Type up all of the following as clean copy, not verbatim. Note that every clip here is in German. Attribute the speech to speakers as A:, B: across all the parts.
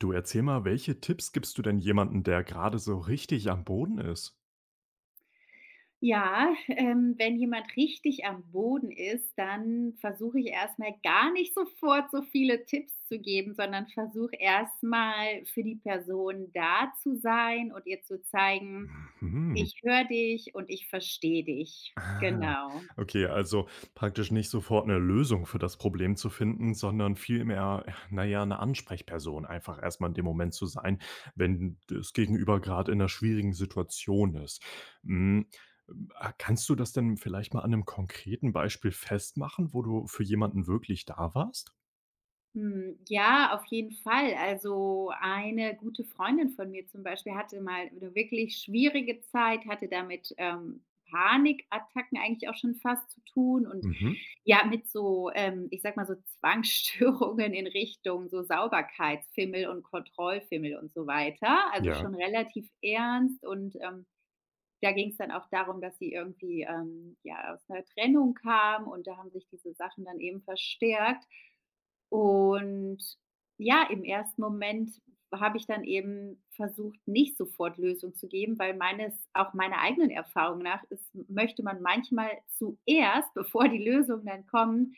A: Du erzähl mal, welche Tipps gibst du denn jemandem, der gerade so richtig am Boden ist?
B: Ja, wenn jemand richtig am Boden ist, dann versuche ich erstmal gar nicht sofort so viele Tipps zu geben, sondern versuche erstmal für die Person da zu sein und ihr zu zeigen:
A: Mhm.
B: „Ich höre dich und ich verstehe dich.“
A: Ah,
B: Genau.
A: okay, also praktisch nicht sofort eine Lösung für das Problem zu finden, sondern vielmehr, na ja, 'ne Ansprechperson einfach erstmal in dem Moment zu sein, wenn das Gegenüber gerade in einer schwierigen Situation ist. Hm, ah, kannst du das denn vielleicht mal an einem konkreten Beispiel festmachen, wo du für jemanden wirklich da warst?
B: Hm, ja, auf jeden Fall. Also, eine gute Freundin von mir zum Beispiel hatte mal 'ne wirklich schwierige Zeit, hatte damit Panikattacken eigentlich auch schon fast zu tun und
A: Mhm.
B: ja, mit so ich sag mal so Zwangsstörungen in Richtung so Sauberkeitsfimmel und Kontrollfimmel und so weiter. Also,
A: Ja.
B: schon relativ ernst und da ging es dann auch darum, dass sie irgendwie, ja, aus einer Trennung kam und da haben sich diese Sachen dann eben verstärkt. Und ja, im ersten Moment habe ich dann eben versucht, nicht sofort Lösung zu geben, weil meines auch meiner eigenen Erfahrung nach ist möchte man manchmal zuerst, bevor die Lösungen dann kommen,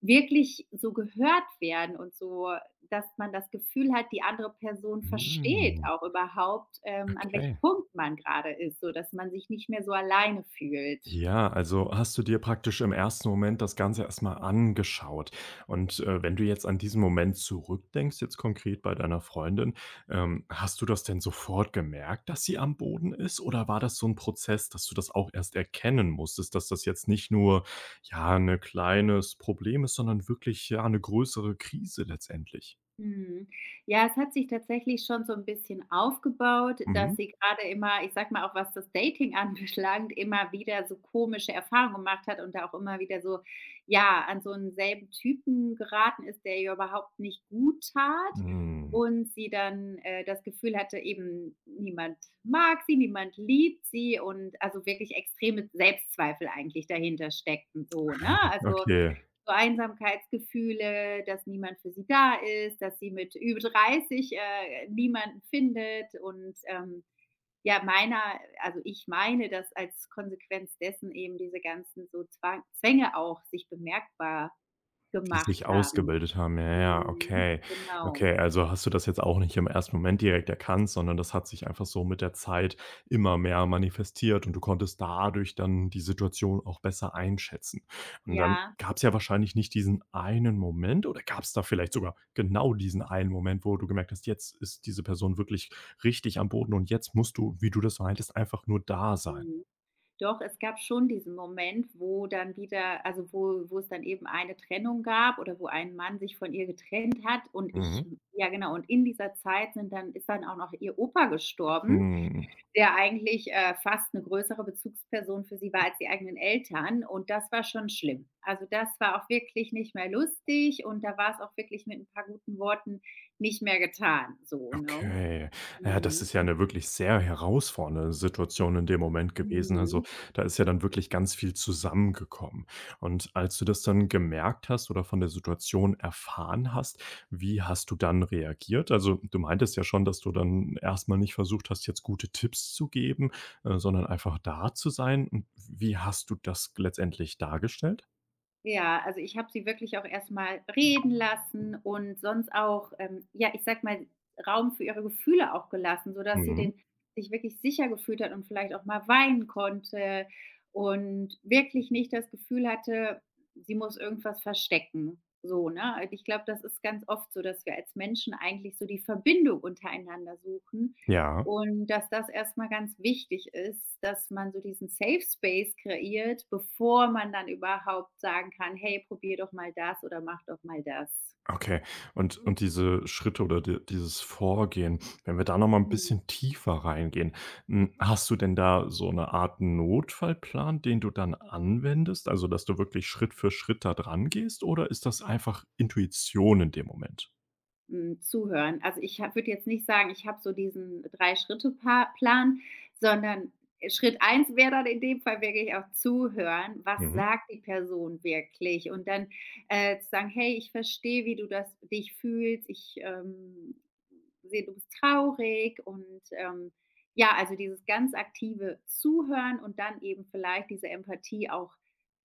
B: wirklich so gehört werden und so, dass man das Gefühl hat, die andere Person versteht
A: Hm,
B: auch überhaupt, an welchem
A: okay.
B: Punkt man gerade ist, so dass man sich nicht mehr so alleine fühlt.
A: Ja, also hast du dir praktisch im ersten Moment das Ganze erstmal angeschaut. Und, wenn du jetzt an diesen Moment zurückdenkst, jetzt konkret bei deiner Freundin, hast du das denn sofort gemerkt, dass sie am Boden ist? Oder war das so ein Prozess, dass du das auch erst erkennen musstest, dass das jetzt nicht nur, ja, ein kleines Problem ist, sondern wirklich, ja, eine größere Krise letztendlich?
B: Mhm. Ja, es hat sich tatsächlich schon so 'n bisschen aufgebaut, dass
A: Mhm.
B: sie grade immer, ich sage mal, auch was das Dating anbelangt, immer wieder so komische Erfahrungen gemacht hat und da auch immer wieder so, ja, an so 'n selben Typen geraten ist, der ihr überhaupt nicht gut tat
A: Hm,
B: und sie dann das Gefühl hatte, eben niemand mag sie, niemand liebt sie und also wirklich extreme Selbstzweifel eigentlich dahinter steckten so, ne? Also,
A: okay.
B: so Einsamkeitsgefühle, dass niemand für sie da ist, dass sie mit über 30 niemanden findet und, ja, meiner also, ich meine, dass als Konsequenz dessen eben diese ganzen so Zwang Zwänge auch sich bemerkbar
A: Die
B: gemacht
A: sich
B: haben.
A: ausgebildet haben. Ja, ja,
B: Mhm,
A: okay.
B: genau.
A: Okay, also hast du das jetzt auch nicht im ersten Moment direkt erkannt, sondern das hat sich einfach so mit der Zeit immer mehr manifestiert und du konntest dadurch dann die Situation auch besser einschätzen. Und dann
B: Ja,
A: gab's ja wahrscheinlich nicht diesen einen Moment oder gab's da vielleicht sogar genau diesen einen Moment, wo du gemerkt hast, jetzt ist diese Person wirklich richtig am Boden und jetzt musst du, wie du das meintest, einfach nur da sein.
B: mhm. Doch, es gab schon diesen Moment, wo dann wieder also, wo wo es dann eben eine Trennung gab oder wo ein Mann sich von ihr getrennt hat und ich
A: Mhm.
B: ja genau, und in dieser Zeit sind dann ist dann auch noch ihr Opa gestorben,
A: Mhm.
B: der eigentlich fast eine größere Bezugsperson für sie war als die eigenen Eltern und das war schon schlimm. Also, das war auch wirklich nicht mehr lustig und da war es auch wirklich mit ein paar guten Worten nicht mehr getan, so, ne?
A: Okay. Ja, das
B: Mhm.
A: ist ja eine wirklich sehr herausfordernde Situation in dem Moment gewesen. Also,
B: Mhm.
A: da ist ja dann wirklich ganz viel zusammengekommen. Und als du das dann gemerkt hast oder von der Situation erfahren hast, wie hast du dann reagiert? Also, du meintest ja schon, dass du dann erst mal nicht versucht hast, jetzt gute Tipps zu geben, sondern einfach da zu sein. Und wie hast du das letztendlich dargestellt?
B: Ja, also ich habe sie wirklich auch erstmal reden lassen und sonst auch, ja, ich sag mal, Raum für ihre Gefühle auch gelassen, sodass sie
A: Mhm.
B: den sich wirklich sicher gefühlt hat und vielleicht auch mal weinen konnte und wirklich nicht das Gefühl hatte, sie muss irgendwas verstecken. So, ne? Und ich glaube, das ist ganz oft so, dass wir als Menschen eigentlich so die Verbindung untereinander suchen
A: Ja.
B: und dass das erstmal ganz wichtig ist, dass man so diesen Safe Space kreiert, bevor man dann überhaupt sagen kann: „Hey, probier doch mal das oder mach doch mal das.“
A: Okay. Und diese Schritte oder di dieses Vorgehen, wenn wir da noch mal ein
B: Mhm.
A: bisschen tiefer reingehen, hm, hast du denn da so eine Art Notfallplan, den du dann anwendest? Also, dass du wirklich Schritt für Schritt da drangehst oder ist das einfach Intuition in dem Moment?
B: Hm, zuhören. Also, ich würde jetzt nicht sagen, ich habe so diesen drei schritte Plan, sondern Schritt eins wäre dann in dem Fall wirklich auch zuhören, was
A: Mhm.
B: sagt die Person wirklich? Und dann, zu sagen: „Hey, ich verstehe, wie du das dich fühlst. Ich sehe, du bist traurig“ und, ja, also, dieses ganz aktive Zuhören und dann eben vielleicht diese Empathie auch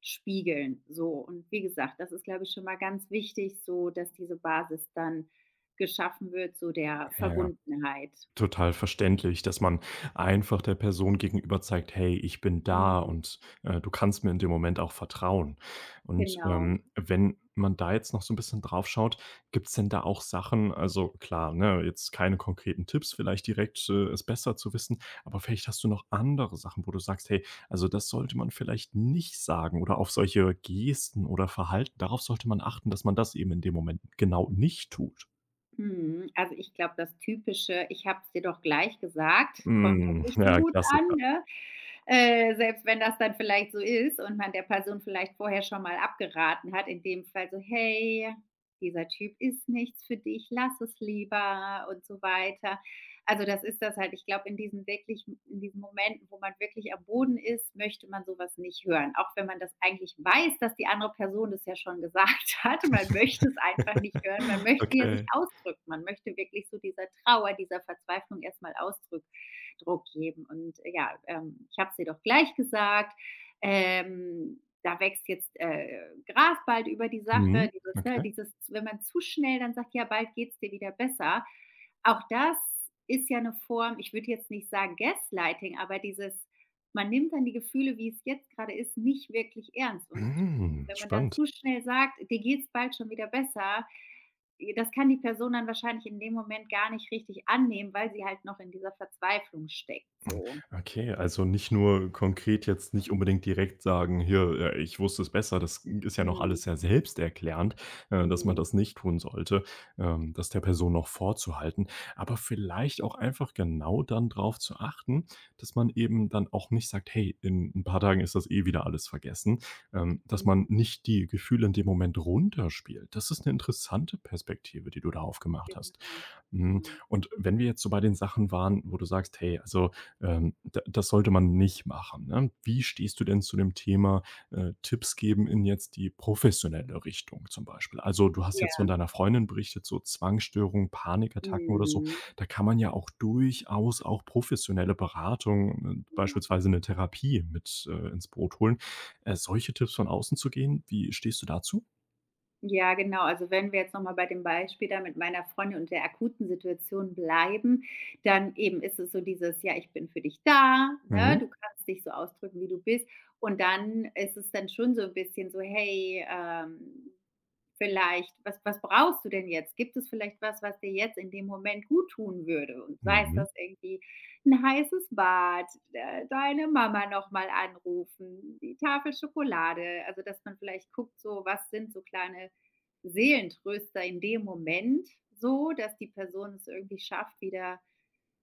B: spiegeln, so. Und wie gesagt, das ist, glaube ich, schon mal ganz wichtig so, dass diese Basis dann geschaffen wird, so der Verbundenheit.
A: Total verständlich, dass man einfach der Person gegenüber zeigt: „Hey, ich bin da
B: Mhm,
A: und, du kannst mir in dem Moment auch vertrauen.“ Und,
B: genau.
A: wenn man da jetzt noch so ein bisschen drauf schaut, gibt's denn da auch Sachen also klar, ne, jetzt keine konkreten Tipps, vielleicht direkt, es besser zu wissen, aber vielleicht hast du noch andere Sachen, wo du sagst: „Hey, also das sollte man vielleicht nicht sagen“ oder auf solche Gesten oder Verhalten darauf sollte man achten, dass man das eben in dem Moment genau nicht tut.
B: Mhm. Also, ich glaube, das Typische: „Ich habe es dir doch gleich gesagt“, kommt dann
A: Mhm,
B: nicht so
A: ja,
B: gut an,
A: Klassiker.
B: ne? Selbst wenn das dann vielleicht so ist und man der Person vielleicht vorher schon mal abgeraten hat, in dem Fall so: „Hey, dieser Typ ist nichts für dich, lass es lieber“ und so weiter. Also, das ist das halt. Ich glaube, in diesen Momenten, wo man wirklich am Boden ist, möchte man sowas nicht hören. Auch wenn man das eigentlich weiß, dass die andere Person das ja schon gesagt hat. Man möchte es einfach nicht hören. Man möchte ja sich
A: Okay.
B: ausdrücken. Man möchte wirklich so dieser Trauer, dieser Verzweiflung erstmal Ausdruck Druck geben. Und ich habe es dir doch gleich gesagt. Da wächst jetzt, Gras bald über die Sache,
A: Mhm.
B: dieses ne,
A: Okay.
B: dieses wenn man zu schnell dann sagt: „Ja, bald geht's dir wieder besser.“ Auch das ist ja eine Form, ich würde jetzt nicht sagen Gaslighting, aber dieses man nimmt dann die Gefühle, wie es jetzt gerade ist, nicht wirklich ernst. Und
A: Hm,
B: wenn man dann
A: spannend.
B: zu schnell sagt: „Dir geht's bald schon wieder besser“, das kann die Person dann wahrscheinlich in dem Moment gar nicht richtig annehmen, weil sie halt noch in dieser Verzweiflung steckt, so.
A: Okay, also nicht nur konkret jetzt nicht unbedingt direkt sagen: „Hier, ich wusste es besser.“ Das ist ja noch
B: Mhm.
A: alles sehr selbsterklärend, dass man
B: Mhm.
A: das nicht tun sollte, das der Person noch vorzuhalten. Aber vielleicht auch einfach genau dann drauf zu achten, dass man eben dann auch nicht sagt: „Hey, in ein paar Tagen ist das eh wieder alles vergessen.“ dass man
B: Mhm.
A: nicht die Gefühle in dem Moment runterspielt. Das ist eine interessante Perspektive, die du da aufgemacht hast.
B: Genau,
A: Hm,
B: genau.
A: und wenn wir jetzt so bei den Sachen waren, wo du sagst: „Hey, also da das sollte man nicht machen, ne? Wie stehst du denn zu dem Thema, Tipps geben in jetzt die professionelle Richtung zum Beispiel? Also, du hast jetzt von
B: Ja.
A: deiner Freundin berichtet, so Zwangsstörungen, Panikattacken oder so.
B: Mhm.
A: Da kann man ja auch durchaus auch professionelle Beratung,
B: Genau.
A: beispielsweise eine Therapie mit, ins Boot holen. Solche Tipps von außen zu gehen, wie stehst du dazu?
B: Ja, genau. Also wenn wir jetzt noch mal bei dem Beispiel da mit meiner Freundin und der akuten Situation bleiben, dann eben ist es so dieses: „Ja, ich bin für dich da“, ne? Du
A: Mhm,
B: kannst dich so ausdrücken, wie du bist. Und dann ist es dann schon so ein bisschen so: „Hey, vielleicht, was brauchst du denn jetzt? Gibt es vielleicht was, was dir jetzt in dem Moment gut tun würde? Und sei es
A: mhm,
B: das irgendwie ein heißes Bad, deine Mama noch mal anrufen, die Tafel Schokolade. Also, dass man vielleicht guckt, so, was sind so kleine Seelentröster in dem Moment so, dass die Person es irgendwie schafft, wieder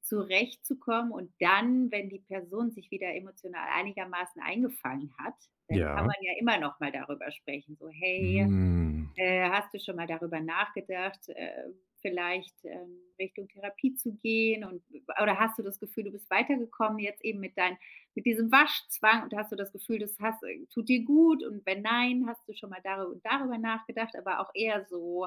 B: zurechtzukommen. Und dann, wenn die Person sich wieder emotional einigermaßen eingefangen hat, dann kann
A: ja.
B: man ja immer noch mal darüber sprechen, so: „Hey,
A: Hm,
B: hast du schon mal darüber nachgedacht, vielleicht, Richtung Therapie zu gehen und oder hast du das Gefühl, du bist weitergekommen jetzt eben mit diesem Waschzwang und hast du das Gefühl, das hast tut dir gut und wenn nein, hast du schon mal darüber nachgedacht, aber auch eher so,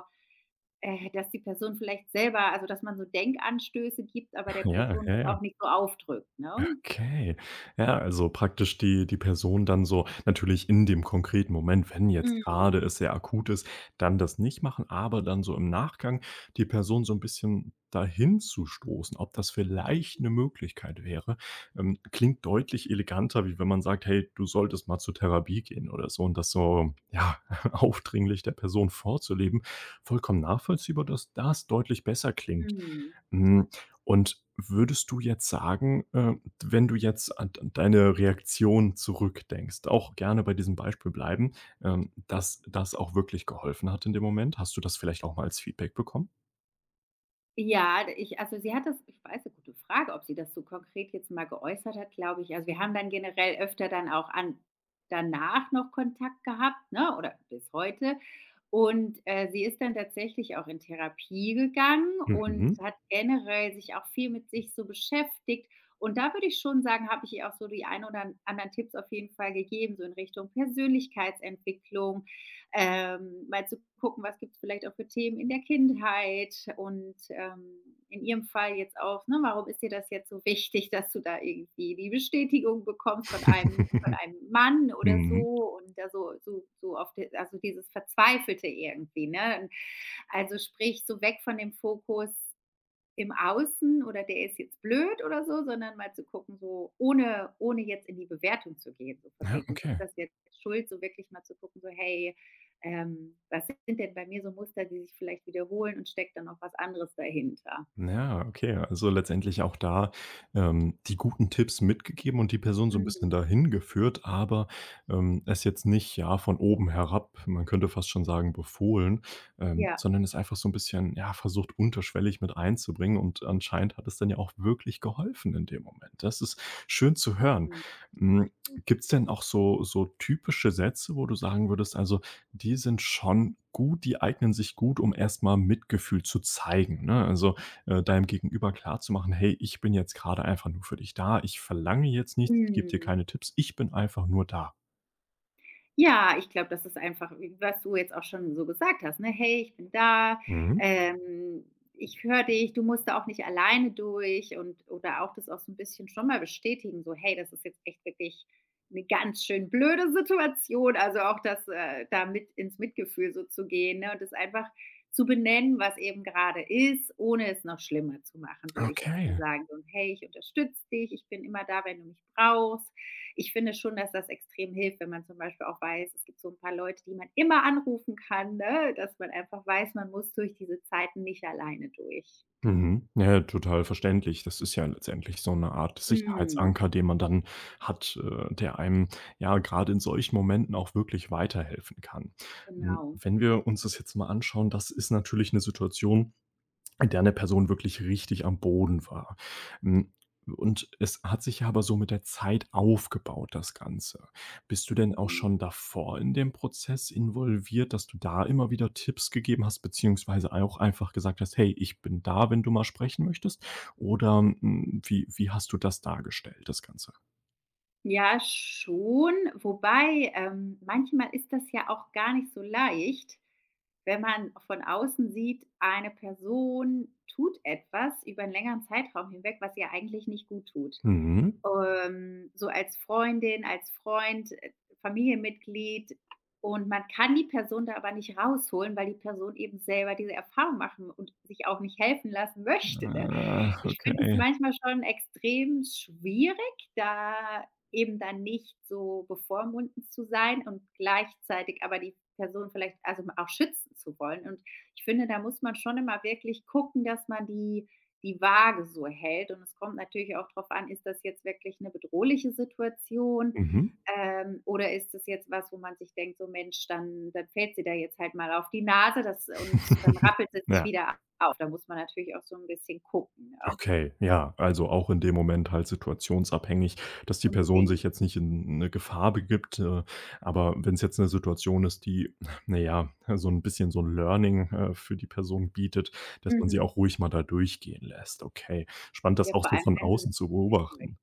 B: dass die Person vielleicht selber also, dass man so Denkanstöße gibt, aber der
A: ja,
B: Person
A: ja,
B: das
A: ja.
B: auch nicht so aufdrückt, ne?
A: Okay. Ja, also praktisch die Person dann so natürlich in dem konkreten Moment, wenn jetzt
B: Mhm.
A: gerade es sehr akut ist, dann das nicht machen, aber dann so im Nachgang die Person so ein bisschen dahin zu stoßen, ob das vielleicht
B: Mhm.
A: eine Möglichkeit wäre, klingt deutlich eleganter, wie wenn man sagt: „Hey, du solltest mal zur Therapie gehen“ oder so und das so, ja, aufdringlich der Person vorzuleben. Vollkommen nachvollziehbar, dass das deutlich besser klingt.
B: Mhm.
A: Hm. Und würdest du jetzt sagen, wenn du jetzt an deine Reaktion zurückdenkst, auch gerne bei diesem Beispiel bleiben, dass das auch wirklich geholfen hat in dem Moment? Hast du das vielleicht auch mal als Feedback bekommen?
B: Ja, ich also, sie hat das ich weiß eine gute Frage, ob sie das so konkret jetzt mal geäußert hat, glaube ich also, wir haben dann generell öfter dann auch an danach noch Kontakt gehabt, ne, oder bis heute. Und, sie ist dann tatsächlich auch in Therapie gegangen und
A: Mhm.
B: hat generell sich auch viel mit sich so beschäftigt. Und da würde ich schon sagen, habe ich ihr auch so die ein oder anderen Tipps auf jeden Fall gegeben, so in Richtung Persönlichkeitsentwicklung, mal zu gucken, was gibt es vielleicht auch für Themen in der Kindheit und in ihrem Fall jetzt auch, ne, warum ist dir das jetzt so wichtig, dass du da irgendwie die Bestätigung bekommst von einem Mann oder
A: Mhm.
B: so und da so auf d also dieses Verzweifelte irgendwie, ne? Also, sprich, so weg von dem Fokus im Außen oder der ist jetzt blöd oder so, sondern mal zu gucken, so ohne jetzt in die Bewertung zu gehen, so von
A: Ja,
B: wegen, ist
A: okay.
B: das jetzt schuld, so wirklich mal zu gucken, so: „Hey, was sind denn bei mir so Muster, die sich vielleicht wiederholen und steckt dann noch was anderes dahinter?“
A: Ja, okay. Also letztendlich auch da, die guten Tipps mitgegeben und die Person so ein bisschen
B: Mhm.
A: dahin geführt, aber, es jetzt nicht, ja, von oben herab, man könnte fast schon sagen, befohlen,
B: Ja.
A: sondern es einfach so ein bisschen, ja, versucht unterschwellig mit einzubringen und anscheinend hat es dann ja auch wirklich geholfen in dem Moment. Das ist schön zu hören.
B: Mhm.
A: Hm, gibt's denn auch so typische Sätze, wo du sagen würdest, also, die sind schon gut, die eignen sich gut, um erst mal Mitgefühl zu zeigen, ne? Also, deinem Gegenüber klarzumachen: „Hey, ich bin jetzt gerade einfach nur für dich da. Ich verlange jetzt nichts, ich gebe dir
B: Mhm.
A: keine Tipps. Ich bin einfach nur da.“
B: Ja, ich glaube, das ist einfach, was du jetzt auch schon so gesagt hast, ne? „Hey, ich bin da,
A: Mhm.
B: ähm, ich höre dich, du musst da auch nicht alleine durch“ und oder auch das auch so ein bisschen schon mal bestätigen, so: „Hey, das ist jetzt echt wirklich eine ganz schön blöde Situation.“ Also, auch das, da mit ins Mitgefühl so zu gehen, ne, und das einfach zu benennen, was eben gerade ist, ohne es noch schlimmer zu machen, würde ich jetzt mal
A: Okay.
B: sagen. So: „Hey, ich unterstütze dich, ich bin immer da, wenn du mich brauchst.“ Ich finde schon, dass das extrem hilft, wenn man zum Beispiel auch weiß, es gibt so ein paar Leute, die man immer anrufen kann, ne, dass man einfach weiß, man muss durch diese Zeiten nicht alleine durch.
A: Mhm. Ja, ja, total verständlich. Das ist ja letztendlich so eine Art
B: Mhm.
A: Sicherheitsanker, den man dann hat, der einem, ja, gerade in solchen Momenten auch wirklich weiterhelfen kann. Hm,
B: Genau.
A: wenn wir uns das jetzt mal anschauen, das ist natürlich eine Situation in der eine Person wirklich richtig am Boden war. Hm, und es hat sich ja aber so mit der Zeit aufgebaut, das Ganze. Bist du denn auch
B: Mhm.
A: schon davor in dem Prozess involviert, dass du da immer wieder Tipps gegeben hast, beziehungsweise auch einfach gesagt hast: „Hey, ich bin da, wenn du mal sprechen möchtest“? Oder, hm, wie hast du das dargestellt, das Ganze?
B: Ja, schon, wobei, manchmal ist das ja auch gar nicht so leicht, wenn man von außen sieht, eine Person tut etwas über einen längeren Zeitraum hinweg, was ihr eigentlich nicht guttut.
A: Mhm.
B: So als Freundin, als Freund, Familienmitglied und man kann die Person da aber nicht rausholen, weil die Person eben selber diese Erfahrung machen und sich auch nicht helfen lassen möchte, ne?
A: Ah,
B: Ich finde es
A: okay.
B: manchmal schon extrem schwierig, da eben dann nicht so bevormundend zu sein und gleichzeitig aber die Person vielleicht also auch schützen zu wollen. Und ich finde, da muss man schon immer wirklich gucken, dass man die Waage so hält. Und es kommt natürlich auch drauf an, ist das jetzt wirklich eine bedrohliche Situation,
A: Mhm.
B: oder ist das jetzt was, wo man sich denkt: „So Mensch, dann fällt sie da jetzt halt mal auf die Nase, das und dann rappelt sie sich
A: Ja.
B: wieder auf.“ Da muss man natürlich auch so ein bisschen gucken, ne?
A: Okay, ja, also auch in dem Moment halt situationsabhängig, dass die Person
B: Unbedingt.
A: sich jetzt nicht in eine Gefahr begibt, aber wenn es jetzt eine Situation ist, die, naja, so ein bisschen so ein Learning, für die Person bietet, dass man sie
B: Mhm.
A: auch ruhig mal da durchgehen lässt. Okay, spannend,
B: Ja,
A: das auch
B: vor
A: so
B: allem,
A: von
B: wenn sie
A: außen zu
B: sich
A: beobachten.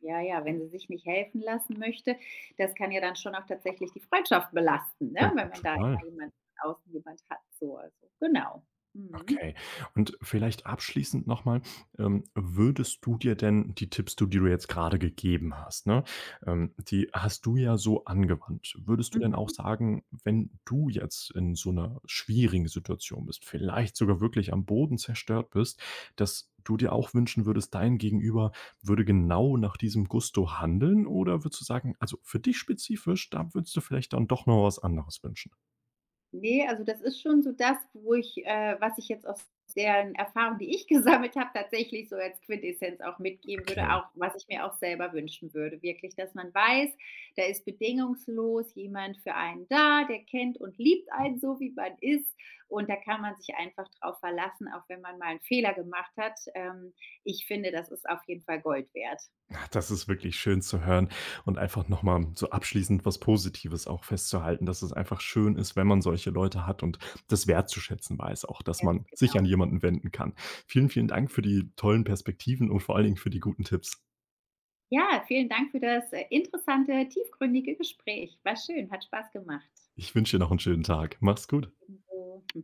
B: ja, ja, wenn sie sich nicht helfen lassen möchte, das kann ja dann schon auch tatsächlich die Freundschaft belasten,
A: Ja,
B: ne, wenn man da
A: total.
B: immer jemand von außen jemand hat, so, also genau. Mhm.
A: Okay. Und vielleicht abschließend noch mal, würdest du dir denn die Tipps, du die du jetzt gerade gegeben hast, ne, die hast du ja so angewandt. Würdest du denn auch
B: Mhm.
A: sagen, wenn du jetzt in so einer schwierigen Situation bist, vielleicht sogar wirklich am Boden zerstört bist, dass du dir auch wünschen würdest, dein Gegenüber würde genau nach diesem Gusto handeln? Oder würdest du sagen, also, für dich spezifisch, da würdest du vielleicht dann doch noch was anderes wünschen?
B: Ne, also das ist schon so das, wo ich was ich jetzt aus deren Erfahrung, die ich gesammelt habe, tatsächlich so als Quintessenz auch mitgeben würde,
A: Okay.
B: auch was ich mir auch selber wünschen würde. Wirklich, dass man weiß, da ist bedingungslos jemand für einen da, der kennt und liebt einen so, wie man ist. Und da kann man sich einfach drauf verlassen, auch wenn man mal einen Fehler gemacht hat. Ich finde, das ist auf jeden Fall Gold wert.
A: Das ist wirklich schön zu hören und einfach nochmal so abschließend was Positives auch festzuhalten, dass es einfach schön ist, wenn man solche Leute hat und das wertzuschätzen weiß auch, dass
B: Ganz
A: man sich an
B: genau.
A: jemanden wenden kann. Vielen, vielen Dank für die tollen Perspektiven und vor allen Dingen für die guten Tipps.
B: Ja, vielen Dank für das interessante, tiefgründige Gespräch. War schön, hat Spaß gemacht.
A: Ich wünsche dir noch einen schönen Tag. Mach's gut.
B: Hm, so.